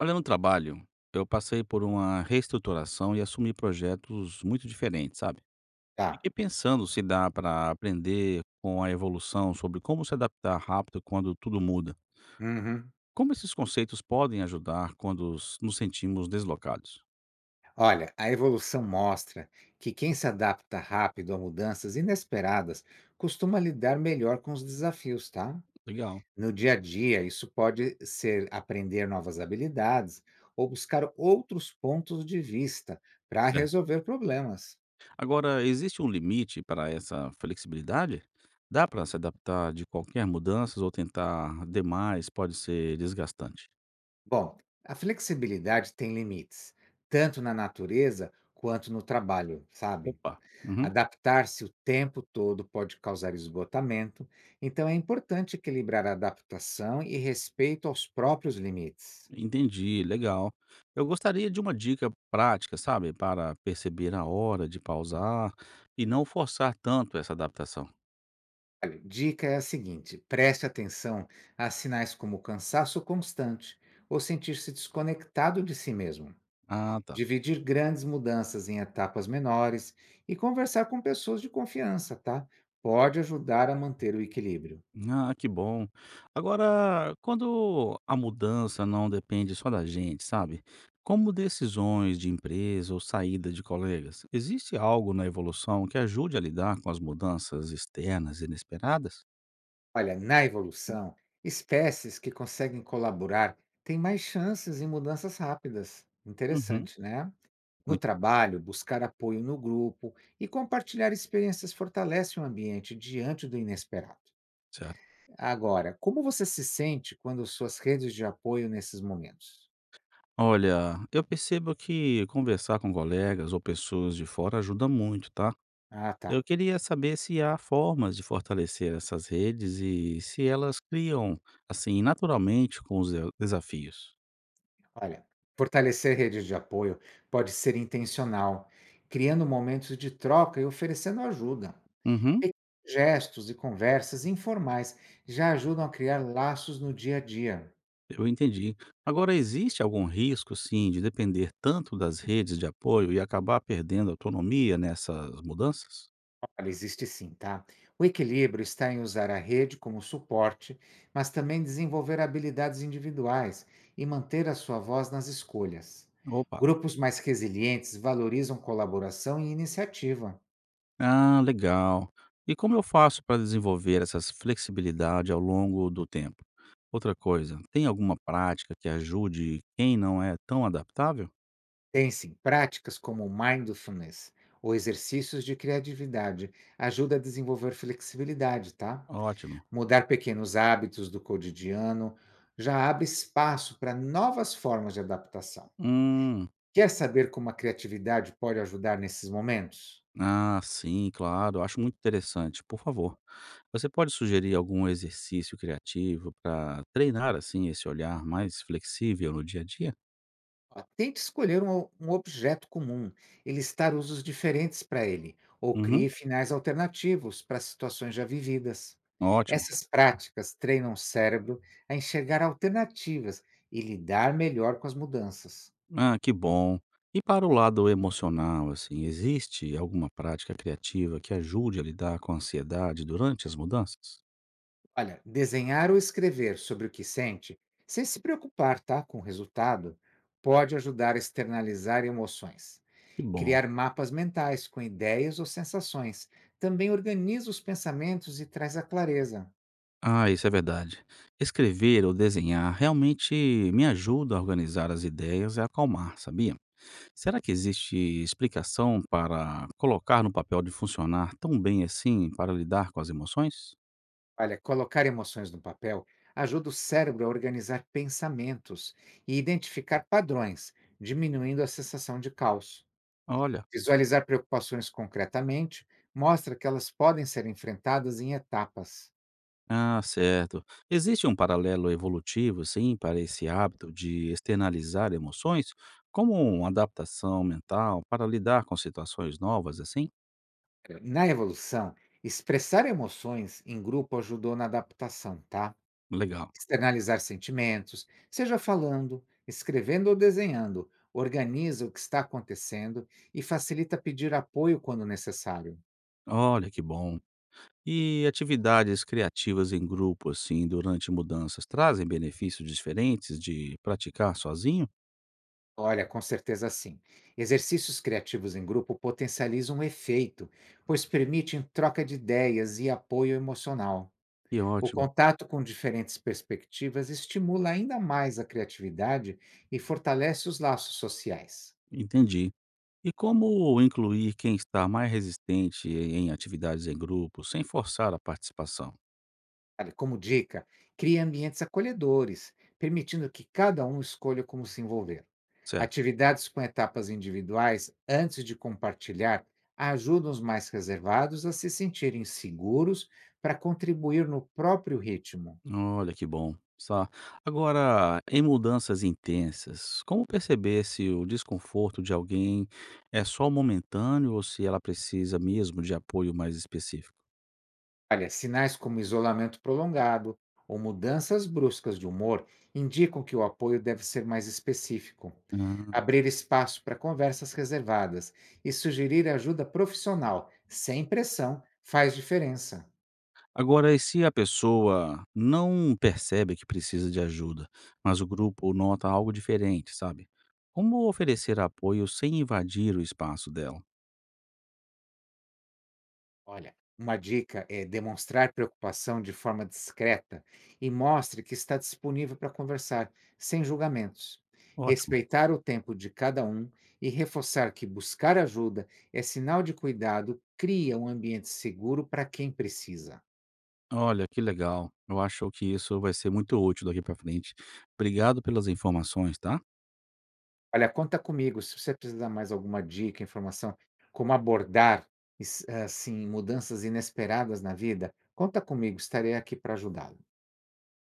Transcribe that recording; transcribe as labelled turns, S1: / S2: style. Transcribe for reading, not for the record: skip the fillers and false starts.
S1: Olha, no trabalho, eu passei por uma reestruturação e assumi projetos muito diferentes, sabe?
S2: Tá.
S1: Fiquei pensando se dá para aprender com a evolução sobre como se adaptar rápido quando tudo muda.
S2: Uhum.
S1: Como esses conceitos podem ajudar quando nos sentimos deslocados?
S2: Olha, a evolução mostra que quem se adapta rápido a mudanças inesperadas costuma lidar melhor com os desafios, tá?
S1: Legal.
S2: No dia a dia, isso pode ser aprender novas habilidades ou buscar outros pontos de vista para
S1: Certo.
S2: resolver problemas.
S1: Agora, existe um limite para essa flexibilidade? Dá para se adaptar de qualquer mudança ou tentar demais pode ser desgastante?
S2: Bom, a flexibilidade tem limites, tanto na natureza quanto no trabalho, sabe?
S1: Opa. Uhum.
S2: Adaptar-se o tempo todo pode causar esgotamento, então é importante equilibrar a adaptação e respeito aos próprios limites.
S1: Entendi, legal. Eu gostaria de uma dica prática, sabe, para perceber a hora de pausar e não forçar tanto essa adaptação.
S2: Olha, dica é a seguinte: preste atenção a sinais como cansaço constante ou sentir-se desconectado de si mesmo.
S1: Ah, tá.
S2: Dividir grandes mudanças em etapas menores e conversar com pessoas de confiança, tá? Pode ajudar a manter o equilíbrio.
S1: Ah, que bom. Agora, quando a mudança não depende só da gente, sabe? Como decisões de empresa ou saída de colegas, existe algo na evolução que ajude a lidar com as mudanças externas inesperadas?
S2: Olha, na evolução, espécies que conseguem colaborar têm mais chances em mudanças rápidas.
S1: Uhum.
S2: Interessante, né? No
S1: Muito
S2: trabalho, buscar apoio no grupo e compartilhar experiências fortalece o ambiente diante do inesperado.
S1: certo.
S2: Agora, como você se sente quando suas redes de apoio nesses momentos?
S1: Olha, eu percebo que conversar com colegas ou pessoas de fora ajuda muito, tá?
S2: Ah, tá.
S1: Eu queria saber se há formas de fortalecer essas redes e se elas criam, assim, naturalmente com os desafios.
S2: Olha, fortalecer redes de apoio pode ser intencional, criando momentos de troca e oferecendo ajuda.
S1: Uhum,
S2: Pequenos gestos e conversas informais já ajudam a criar laços no dia a dia.
S1: eu entendi. Agora, existe algum risco, sim, de depender tanto das redes de apoio e acabar perdendo autonomia nessas mudanças?
S2: Olha, existe sim, tá? O equilíbrio está em usar a rede como suporte, mas também desenvolver habilidades individuais e manter a sua voz nas escolhas.
S1: Opa!
S2: Grupos mais resilientes valorizam colaboração e iniciativa.
S1: Ah, legal. E como eu faço para desenvolver essa flexibilidade ao longo do tempo? Outra coisa, tem alguma prática que ajude quem não é tão adaptável?
S2: Tem Pensem, práticas como mindfulness ou exercícios de criatividade ajuda a desenvolver flexibilidade, tá?
S1: Ótimo.
S2: Mudar pequenos hábitos do cotidiano já abre espaço para novas formas de adaptação.
S1: Hum,
S2: Quer saber como a criatividade pode ajudar nesses momentos?
S1: ah, sim, claro. Acho muito interessante. Por favor, você pode sugerir algum exercício criativo para treinar assim esse olhar mais flexível no dia a dia?
S2: Ó, Tente escolher um objeto comum e listar usos diferentes para ele, ou
S1: Uhum,
S2: crie finais alternativos para situações já vividas.
S1: ótimo.
S2: Essas práticas treinam o cérebro a enxergar alternativas e lidar melhor com as mudanças.
S1: Ah, que bom. E para o lado emocional, assim, existe alguma prática criativa que ajude a lidar com a ansiedade durante as mudanças?
S2: Olha, desenhar ou escrever sobre o que sente, sem se preocupar, tá, com o resultado, pode ajudar a externalizar emoções.
S1: Que bom.
S2: Criar mapas mentais com ideias ou sensações também organiza os pensamentos e traz a clareza.
S1: Ah, isso é verdade. Escrever ou desenhar realmente me ajuda a organizar as ideias e acalmar, sabia? Será que existe explicação para colocar no papel de funcionar tão bem assim para lidar com as emoções?
S2: Olha, colocar emoções no papel ajuda o cérebro a organizar pensamentos e identificar padrões, diminuindo a sensação de caos.
S1: Olha.
S2: Visualizar preocupações concretamente mostra que elas podem ser enfrentadas em etapas.
S1: Ah, certo. Existe um paralelo evolutivo, sim, para esse hábito de externalizar emoções, como uma adaptação mental para lidar com situações novas, assim?
S2: Na evolução, expressar emoções em grupo ajudou na adaptação, tá?
S1: Legal.
S2: Externalizar sentimentos, seja falando, escrevendo ou desenhando, organiza o que está acontecendo e facilita pedir apoio quando necessário.
S1: Olha que bom. E atividades criativas em grupo, assim, durante mudanças, trazem benefícios diferentes de praticar sozinho?
S2: Olha, com certeza sim. Exercícios criativos em grupo potencializam o efeito, pois permitem troca de ideias e apoio emocional.
S1: Que
S2: O
S1: ótimo.
S2: contato com diferentes perspectivas estimula ainda mais a criatividade e fortalece os laços sociais.
S1: Entendi. E como incluir quem está mais resistente em atividades em grupo sem forçar a participação?
S2: Olha, como dica, crie ambientes acolhedores, permitindo que cada um escolha como se envolver.
S1: Certo.
S2: Atividades com etapas individuais antes de compartilhar ajudam os mais reservados a se sentirem seguros para contribuir no próprio ritmo.
S1: Olha que bom. Só. Agora, em mudanças intensas, como perceber se o desconforto de alguém é só momentâneo ou se ela precisa mesmo de apoio mais específico?
S2: Olha, sinais como isolamento prolongado ou mudanças bruscas de humor indicam que o apoio deve ser mais específico.
S1: Ah.
S2: Abrir espaço para conversas reservadas e sugerir ajuda profissional, sem pressão, faz diferença.
S1: Agora, e se a pessoa não percebe que precisa de ajuda, mas o grupo nota algo diferente, sabe? Como oferecer apoio sem invadir o espaço dela?
S2: Olha, uma dica é demonstrar preocupação de forma discreta e mostre que está disponível para conversar, sem julgamentos.
S1: Ótimo.
S2: Respeitar o tempo de cada um e reforçar que buscar ajuda é sinal de cuidado, cria um ambiente seguro para quem precisa.
S1: Olha, que legal. Eu acho que isso vai ser muito útil daqui para frente. Obrigado pelas informações, tá?
S2: Olha, conta comigo se você precisar mais alguma dica, informação, como abordar assim mudanças inesperadas na vida, conta comigo, estarei aqui para ajudá-lo.